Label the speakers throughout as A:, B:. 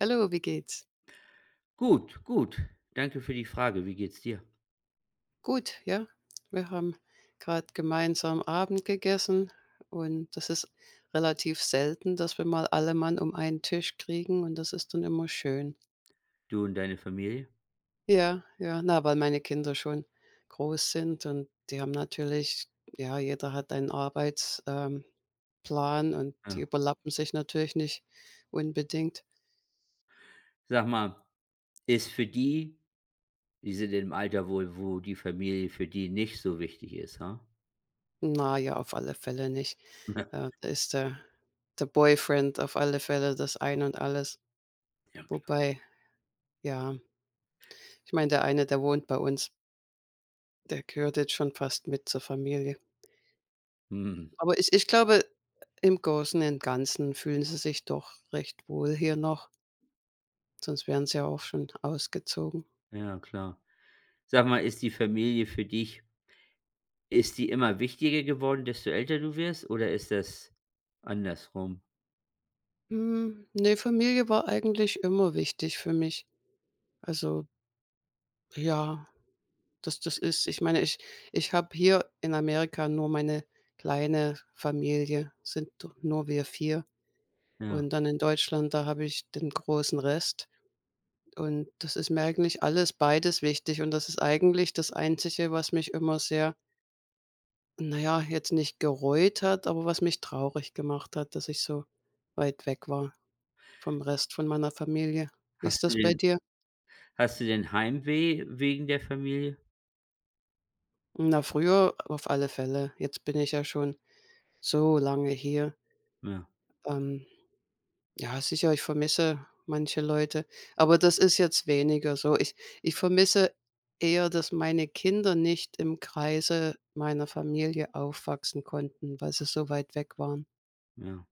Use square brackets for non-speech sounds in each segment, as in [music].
A: Hallo, wie geht's?
B: Gut, gut. Danke für die Frage. Wie geht's dir?
A: Gut, ja. Wir haben gerade gemeinsam Abend gegessen und das ist relativ selten, dass wir mal alle Mann um einen Tisch kriegen und das ist dann immer schön.
B: Du und deine Familie?
A: Ja, ja, na, weil meine Kinder schon groß sind und die haben natürlich ja, jeder hat einen Arbeits Plan und die
B: Ja.
A: überlappen sich natürlich nicht unbedingt.
B: Sag mal, ist für die die sind im Alter wohl, wo die Familie für die nicht so wichtig ist, ha?
A: Na ja, auf alle Fälle nicht. Äh,
B: [laughs]
A: da ist der der Boyfriend auf alle Fälle das Ein und Alles.
B: Ja, klar.
A: Wobei Ja, ich meine, der eine, der wohnt bei uns, der gehört jetzt schon fast mit zur Familie.
B: Mhm.
A: Aber ich glaube, im Großen und Ganzen fühlen sie sich doch recht wohl hier noch, sonst wären sie ja auch schon ausgezogen.
B: Ja, klar. Sag mal, ist die Familie für dich ist die immer wichtiger geworden, desto älter du wirst oder ist das andersrum?
A: Hm, ne, Familie war eigentlich immer wichtig für mich. Also, ja, das ist, ich meine, ich habe hier in Amerika nur meine kleine Familie, sind nur wir 4.
B: Ja.
A: Und dann in Deutschland, da habe ich den großen Rest. Und das ist mir eigentlich alles beides wichtig und das ist eigentlich das Einzige, was mich immer sehr naja jetzt nicht gereut hat, aber was mich traurig gemacht hat, dass ich so weit weg war vom Rest von meiner Familie. Wie ist
B: Hast du
A: das bei
B: denn
A: dir?
B: hast du denn Heimweh wegen der Familie?
A: Na, früher auf alle Fälle. Jetzt bin ich ja schon so lange hier.
B: Ja,
A: Ähm Ja, sicher, ich vermisse manche Leute, aber das ist jetzt weniger so. Ich vermisse eher, dass meine Kinder nicht im Kreise meiner Familie aufwachsen konnten, weil sie so weit weg waren.
B: ja.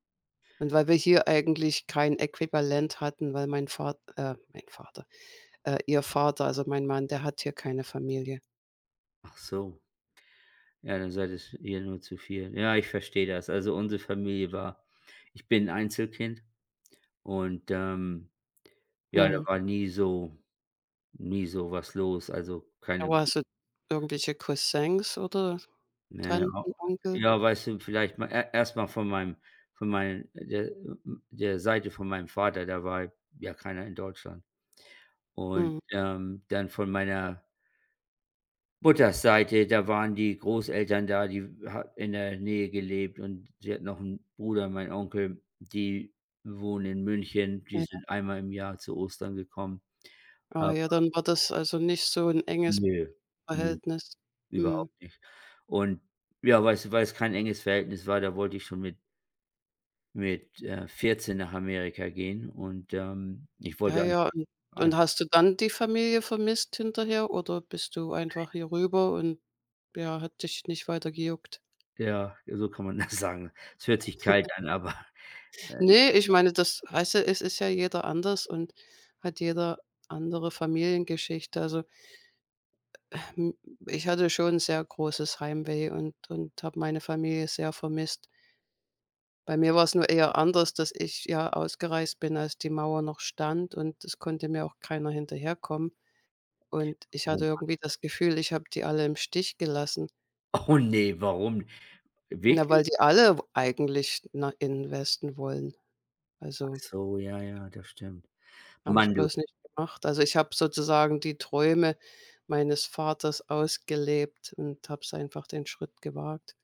A: Und weil wir hier eigentlich kein Äquivalent hatten, weil ihr Vater, also mein Mann, der hat hier keine Familie.
B: Ach so. Ja, dann seid es ihr nur zu viel. Ja, ich verstehe das. Also, unsere Familie war ich bin Einzelkind und, ja, da
A: Mhm.
B: war nie so nie so was los, also, keine
A: Aber hast du irgendwelche Cousins oder
B: ne, au
A: Tanten, Onkel?
B: ja, weißt du, vielleicht mal erstmal von meinem von meinem der der Seite von meinem Vater, da war ja keiner in Deutschland. Und,
A: Mhm.
B: dann von meiner Mutters Seite, da waren die Großeltern da, die hat in der Nähe gelebt und sie hat noch einen Bruder, mein Onkel, die wohnen in München. Die
A: Ja.
B: sind einmal im Jahr zu Ostern gekommen.
A: Ah
B: Aber
A: ja, dann war das also nicht so ein enges
B: ne, ne,
A: Verhältnis. Mhm.
B: überhaupt nicht. Und ja, weißt du, weil es kein enges Verhältnis war, da wollte ich schon mit, 14 nach Amerika gehen und, ich
A: Ja,
B: wollte
A: ja, und
B: ein
A: und hast du dann die Familie vermisst hinterher oder bist du einfach hier rüber und, ja, hat dich nicht weiter gejuckt?
B: ja, so kann man [laughs] das sagen. Es hört sich kalt an, aber, ich-
A: Ne, ich meine, das weißt du, es ist ja jeder anders und hat jeder andere Familiengeschichte. Also, hm, ich hatte schon sehr großes Heimweh und habe meine Familie sehr vermisst. Bei mir war es nur eher anders, dass ich ja ausgereist bin, als die Mauer noch stand und es konnte mir auch keiner hinterherkommen. Und ich
B: oh,
A: hatte irgendwie das Gefühl, ich habe die alle im Stich gelassen.
B: oh ne, warum?
A: Na, weil
B: Wirklich?
A: die alle w eigentlich na investen wollen. Also,
B: So, ja, ja, das stimmt.
A: haben es
B: Mann, du,
A: bloß nicht gemacht. Also, ich habe sozusagen die Träume meines Vaters ausgelebt und habe es einfach den Schritt gewagt.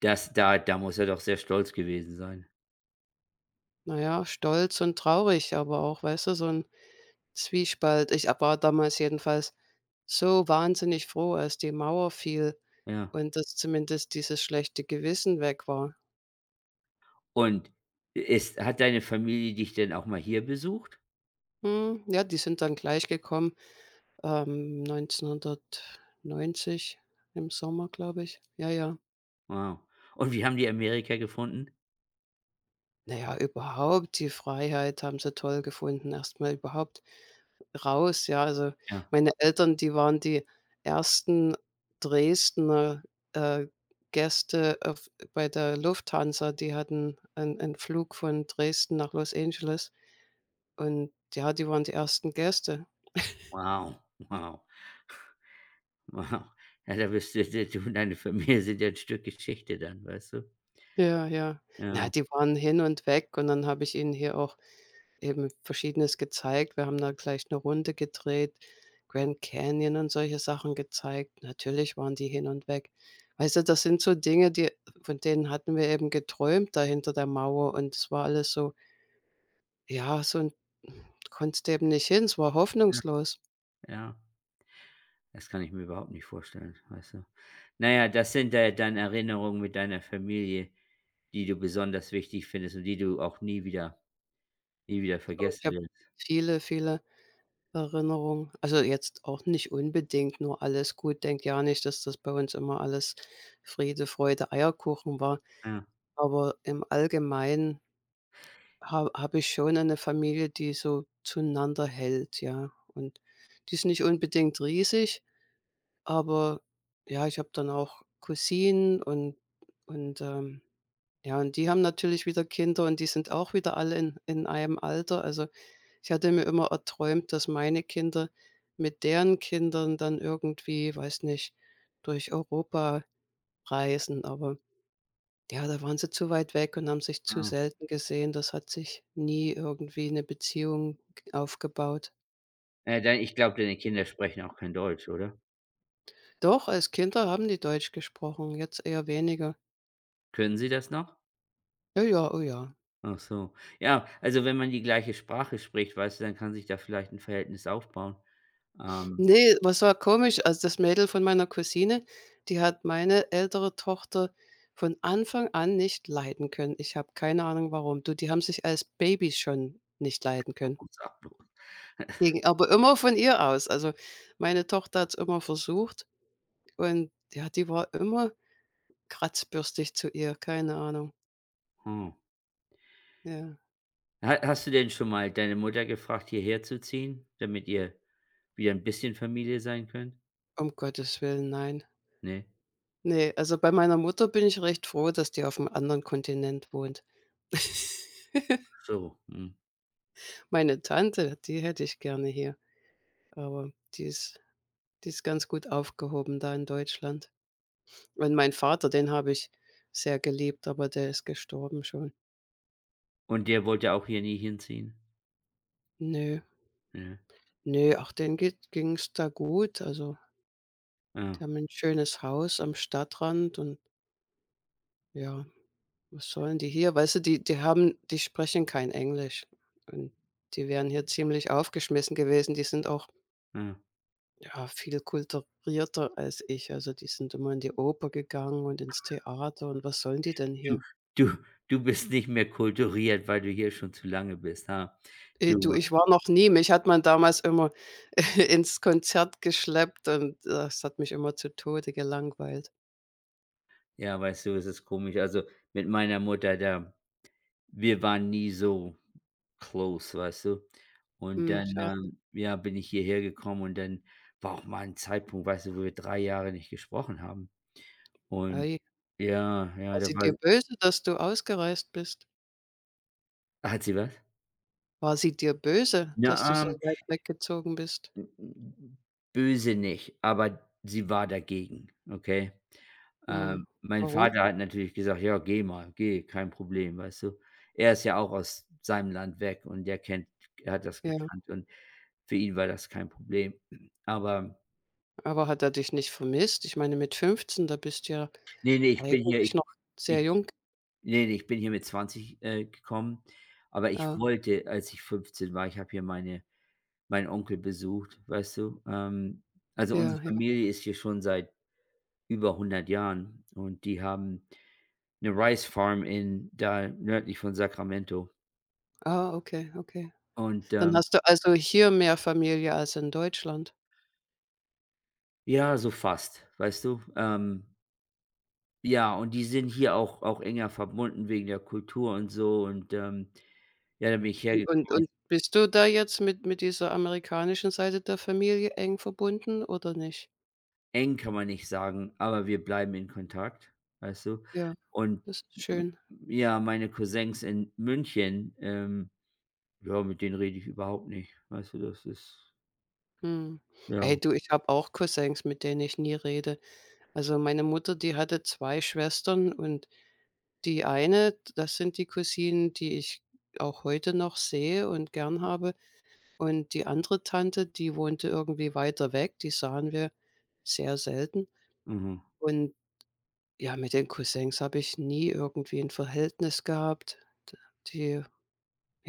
B: das da da muss er doch sehr stolz gewesen sein.
A: Na ja, stolz und traurig, aber auch, weißt du, so ein Zwiespalt. Ich war damals jedenfalls so wahnsinnig froh, als die Mauer fiel
B: Ja.
A: und dass zumindest dieses schlechte Gewissen weg war.
B: Und ist hat deine Familie dich denn auch mal hier besucht?
A: Hm, ja, die sind dann gleich gekommen. 1990 im Sommer, glaube ich. Ja, ja.
B: Wow. Und wie haben die Amerika gefunden?
A: Na ja, überhaupt die Freiheit haben sie toll gefunden, erstmal überhaupt raus, ja. Also,
B: Ja.
A: meine Eltern, die waren die ersten Dresdner, äh, Gäste auf bei der Lufthansa. Die hatten einen Flug von Dresden nach Los Angeles und ja, die waren die ersten Gäste.
B: Wow, [laughs] wow, wow. Ja, da bist du du und deine Familie sind ja ein Stück Geschichte dann, weißt du?
A: Ja, ja. Na,
B: Ja,
A: die waren hin und weg und dann habe ich ihnen hier auch eben Verschiedenes gezeigt. Wir haben da gleich 'ne Runde gedreht, Grand Canyon und solche Sachen gezeigt. Natürlich waren die hin und weg. Weißt du, das sind so Dinge, die von denen hatten wir eben geträumt da hinter der Mauer und es war alles so ja, so 'n konntest eben nicht hin, es war
B: ja,
A: hoffnungslos.
B: ja. Das kann ich mir überhaupt nicht vorstellen, weißt du? Na ja, das sind da dann Erinnerungen mit deiner Familie, die du besonders wichtig findest und die du auch nie wieder nie wieder
A: Aber ich
B: vergessen
A: habe
B: wird.
A: viele, viele Erinnerungen. Also, jetzt auch nicht unbedingt nur alles gut. Denke ja nicht, dass das bei uns immer alles Friede, Freude, Eierkuchen war.
B: Ja,
A: Aber im Allgemeinen Ha habe ich schon eine Familie, die so zueinander hält, ja. Und die ist nicht unbedingt riesig, aber ja, ich habe dann auch Cousinen und, ja, und die haben natürlich wieder Kinder und die sind auch wieder alle in einem Alter. Also, ich hatte mir immer erträumt, dass meine Kinder mit deren Kindern dann irgendwie, weiß nicht, durch Europa reisen, aber ja, da waren sie zu weit weg und haben sich zu
B: ja.
A: selten gesehen. Das hat sich nie irgendwie 'ne Beziehung g aufgebaut.
B: Dein ich glaube, deine Kinder sprechen auch kein Deutsch, oder?
A: Doch, als Kinder haben die Deutsch gesprochen, jetzt eher weniger.
B: Können sie das noch?
A: Ja, ja, oh ja.
B: Ach so. Ja, also, wenn man die gleiche Sprache spricht, weißt du, dann kann sich da vielleicht 'n Verhältnis aufbauen. Ähm,
A: Ne, was war komisch, also, das Mädel von meiner Cousine, die hat meine ältere Tochter von Anfang an nicht leiden können. Ich habe keine Ahnung warum. Du, die haben sich als Babys schon nicht leiden können.
B: [unintelligible]
A: Ging aber immer von ihr aus. Also, meine Tochter hat's immer versucht und ja, die war immer Kratzbürstig zu ihr, keine Ahnung.
B: Hm.
A: Ja.
B: Ha hast du denn schon mal deine Mutter gefragt, hierher zu ziehen, damit ihr wieder 'n bisschen Familie sein könnt?
A: Um Gottes Willen, nein.
B: Ne?
A: Ne, also, bei meiner Mutter bin ich recht froh, dass die auf'm anderen Kontinent wohnt. [laughs]
B: So, mhm.
A: Meine Tante, die hätte ich gerne hier, aber die ist ganz gut aufgehoben da in Deutschland. Und mein Vater, den habe ich sehr geliebt, aber der ist gestorben schon.
B: Und der wollte auch hier nie hinziehen?
A: Ne,
B: Ja,
A: ne, ach, denen geht ging's da gut. Also,
B: ja,
A: die haben 'n schönes Haus am Stadtrand und ja. Was sollen die hier? Weißt du, die sprechen kein Englisch und die wären hier ziemlich aufgeschmissen gewesen. Die sind auch,
B: ja.
A: ja, viel kulturierter als ich. Also, die sind immer in die Oper gegangen und ins Theater und was sollen die denn
B: Du
A: hier?
B: du du bist nicht mehr kulturiert, weil du hier schon zu lange bist, ha?
A: Du,
B: Du
A: ich war noch nie mich hat man damals immer [laughs] ins Konzert geschleppt und das hat mich immer zu Tode gelangweilt.
B: ja, weißt du, es ist komisch. Also, mit meiner Mutter, da wir waren nie so close, weißt du? Und
A: Hm,
B: dann,
A: schade.
B: ja, bin ich hierher gekommen und dann war auch mal ein Zeitpunkt, weißt du, wo wir 3 Jahre nicht gesprochen haben. Und
A: Ei,
B: ja, ja,
A: war
B: da
A: sie dir
B: war
A: böse, dass du ausgereist bist?
B: hat sie was?
A: War sie dir böse, dass du
B: Na,
A: so weit weggezogen bist?
B: M böse nicht, aber sie war dagegen, okay?
A: Hm,
B: Mein
A: warum?
B: Vater hat natürlich gesagt: „Ja, geh mal, geh, kein Problem“, weißt du? Er ist ja auch aus seinem Land weg und der kennt er hat das
A: Ja,
B: gekannt und für ihn war das kein Problem. Aber
A: aber hat er dich nicht vermisst? Ich meine, mit 15, da bist du ja
B: nee, nee, ich bin hier
A: eigentlich
B: ich
A: noch sehr
B: ich
A: jung.
B: nee, ne, ich bin hier mit 20 gekommen, aber ich
A: Ah,
B: wollte, als ich 15 war ich habe hier meine meinen Onkel besucht, weißt du? Also unsere
A: ja, ja.
B: Familie ist hier schon seit über 100 Jahren und die haben eine Rice Farm in da nördlich von Sacramento
A: Ah, okay, okay.
B: und,
A: Dann hast du also hier mehr Familie als in Deutschland.
B: ja, so fast, weißt du? Ja, und die sind hier auch auch enger verbunden wegen der Kultur und so und, ja, da bin ich
A: Und
B: hergekommen.
A: und und
B: Also,
A: bist du da jetzt mit dieser amerikanischen Seite der Familie eng verbunden oder nicht?
B: eng kann man nicht sagen, aber wir bleiben in Kontakt, weißt du?
A: Ja,
B: Und
A: das ist
B: m-
A: schön.
B: ja, meine Cousins in München, ja, mit denen rede ich überhaupt nicht, weißt du? Das ist
A: Mhm.
B: ja,
A: Ey, du, ich habe auch Cousins, mit denen ich nie rede. Also, meine Mutter, die hatte 2 Schwestern und die eine, das sind die Cousinen, die ich auch heute noch sehe und gern habe. Und die andere Tante, die wohnte irgendwie weiter weg, die sahen wir sehr selten.
B: mhm.
A: Und ja, mit den Cousins habe ich nie irgendwie ein Verhältnis gehabt. D Die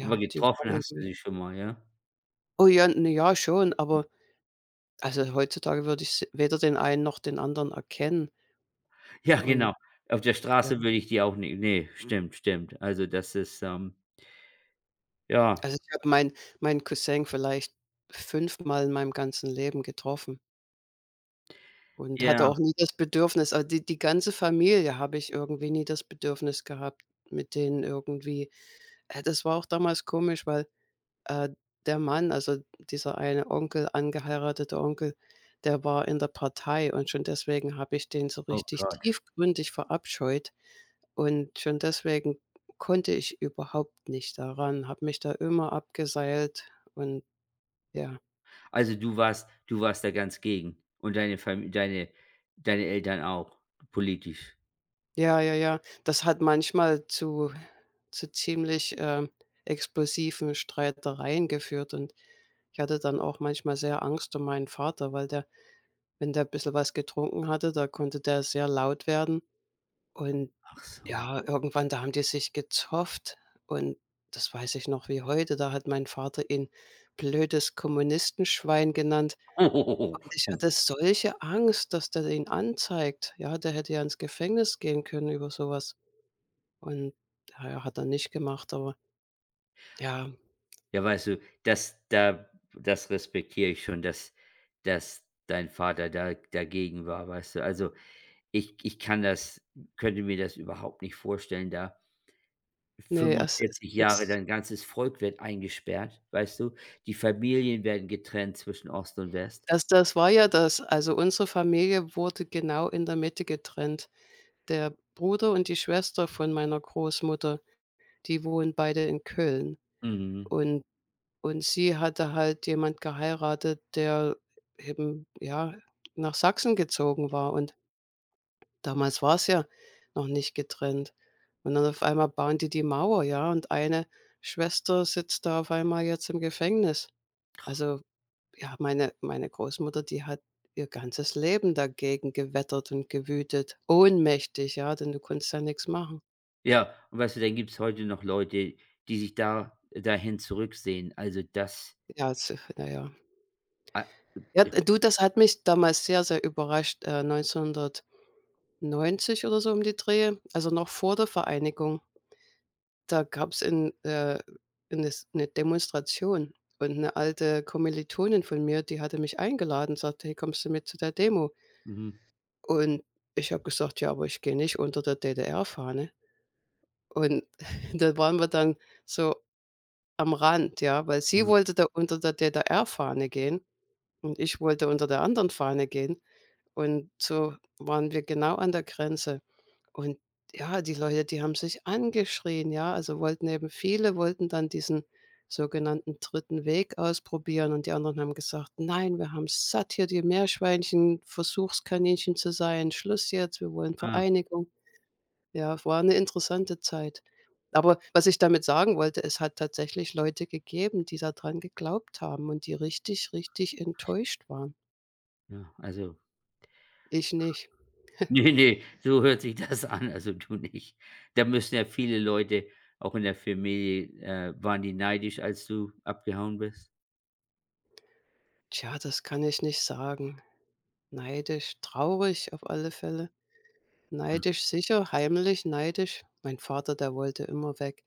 B: Aber
A: die waren
B: getroffen hast du
A: irgendwie
B: sie schon mal, ja?
A: oh ja, na ja, schon, aber also, heutzutage würde ich s weder den einen noch den anderen erkennen.
B: Ja,
A: Und
B: genau. Auf der
A: ja,
B: Straße würde ich die auch nicht ne, stimmt, stimmt. Also, das ist, ja,
A: also, ich habe meinen Cousin vielleicht fünfmal in meinem ganzen Leben getroffen. Und hatte
B: ja,
A: auch nie das Bedürfnis also, die ganze Familie habe ich irgendwie nie das Bedürfnis gehabt, mit denen irgendwie das war auch damals komisch, weil, äh, der Mann, also dieser eine Onkel, angeheiratete Onkel, der war in der Partei und schon deswegen habe ich den so
B: oh
A: richtig
B: Gott.
A: tiefgründig verabscheut und schon deswegen konnte ich überhaupt nicht daran, habe mich da immer abgeseilt und ja.
B: Also, du warst da ganz gegen und deine Fam deine deine Eltern auch politisch?
A: Ja, ja, ja. Das hat manchmal zu ziemlich, explosiven Streitereien geführt und ich hatte dann auch manchmal sehr Angst um meinen Vater, weil der wenn der ein bisschen was getrunken hatte, da konnte der sehr laut werden und
B: Ach so.
A: ja, irgendwann, da haben die sich gezofft und das weiß ich noch wie heute, da hat mein Vater ihn „blödes Kommunistenschwein" genannt
B: [laughs]
A: und ich
B: Oh,
A: hatte solche Angst, dass der ihn anzeigt. Ja, der hätte ja ins Gefängnis gehen können über sowas. Und ja, hat er nicht gemacht, aber ja,
B: ja, weißt du, das da das respektiere ich schon, dass dass dein Vater da dagegen war, weißt du? Also, ich kann das könnte mir das überhaupt nicht vorstellen, da
A: ne, es es
B: 45
A: es
B: Jahre, dein ganzes Volk wird eingesperrt, weißt du? Die Familien werden getrennt zwischen Ost und West.
A: das war ja das. Also, unsere Familie wurde genau in der Mitte getrennt. Der Bruder und die Schwester von meiner Großmutter, die wohnen beide in Köln.
B: Mhm.
A: Und und sie hatte halt jemand geheiratet, der eben, ja, nach Sachsen gezogen war. Und damals war es ja noch nicht getrennt. Und dann auf einmal bauen die die Mauer, ja, und eine Schwester sitzt da auf einmal jetzt im Gefängnis. Also, ja, meine Großmutter, die hat ihr ganzes Leben dagegen gewettert und gewütet. Ohnmächtig, ja, denn du konntest ja nichts machen.
B: Ja, und weißt du, dann gibt's heute noch Leute, die sich da dahin zurücksehen. Also, das
A: Ja, naja, ja.
B: a
A: Ja, du, das hat mich damals sehr, sehr überrascht, 1990 oder so um die Dreh, also noch vor der Vereinigung. Da gab's in, 'nes eine Demonstration und eine alte Kommilitonin von mir, die hatte mich eingeladen, sagte: „Hey, kommst du mit zu der Demo?"
B: mhm,
A: Und ich habe gesagt: „Ja, aber ich gehe nicht unter der DDR-Fahne." Und [laughs] da waren wir dann so am Rand, ja, weil sie
B: mhm,
A: wollte da unter der DDR-Fahne gehen und ich wollte unter der anderen Fahne gehen. Und so waren wir genau an der Grenze. Und ja, die Leute, die haben sich angeschrien, ja, also wollten eben viele wollten dann diesen sogenannten dritten Weg ausprobieren und die anderen haben gesagt: „Nein, wir haben satt, hier die Meerschweinchen Versuchskaninchen zu sein. Schluss jetzt, wir wollen
B: ah,
A: Vereinigung." Ja, war eine interessante Zeit. Aber was ich damit sagen wollte, es hat tatsächlich Leute gegeben, die daran geglaubt haben und die richtig, richtig enttäuscht waren.
B: ja, also
A: Ich nicht.
B: [laughs] nee, nee, so hört sich das an, also du nicht. Da müssen ja viele Leute, auch in der Familie, waren die neidisch, als du abgehauen bist?
A: Tja, das kann ich nicht sagen. Neidisch, traurig auf alle Fälle.
B: Ja,
A: Neidisch sicher, heimlich neidisch. Mein Vater, der wollte immer weg,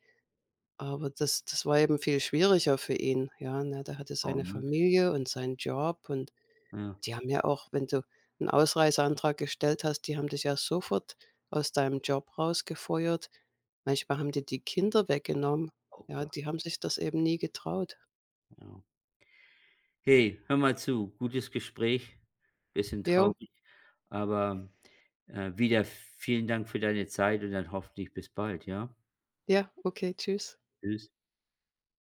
A: aber das war eben viel schwieriger für ihn, ja, ne? Der hatte
B: oh,
A: seine
B: ne?
A: Familie und seinen Job und
B: Ja.
A: die haben ja auch wenn du einen Ausreiseantrag gestellt hast, die haben dich ja sofort aus deinem Job rausgefeuert. Manchmal haben die die Kinder weggenommen.
B: Oh
A: Ja,
B: Gott,
A: die haben sich das eben nie getraut.
B: ja. Hey, hör mal zu, gutes Gespräch. Bisschen
A: Jo,
B: traurig, aber, wieder vielen Dank für deine Zeit und dann hoffentlich bis bald, ja?
A: ja, okay, tschüss.
B: Tschüss.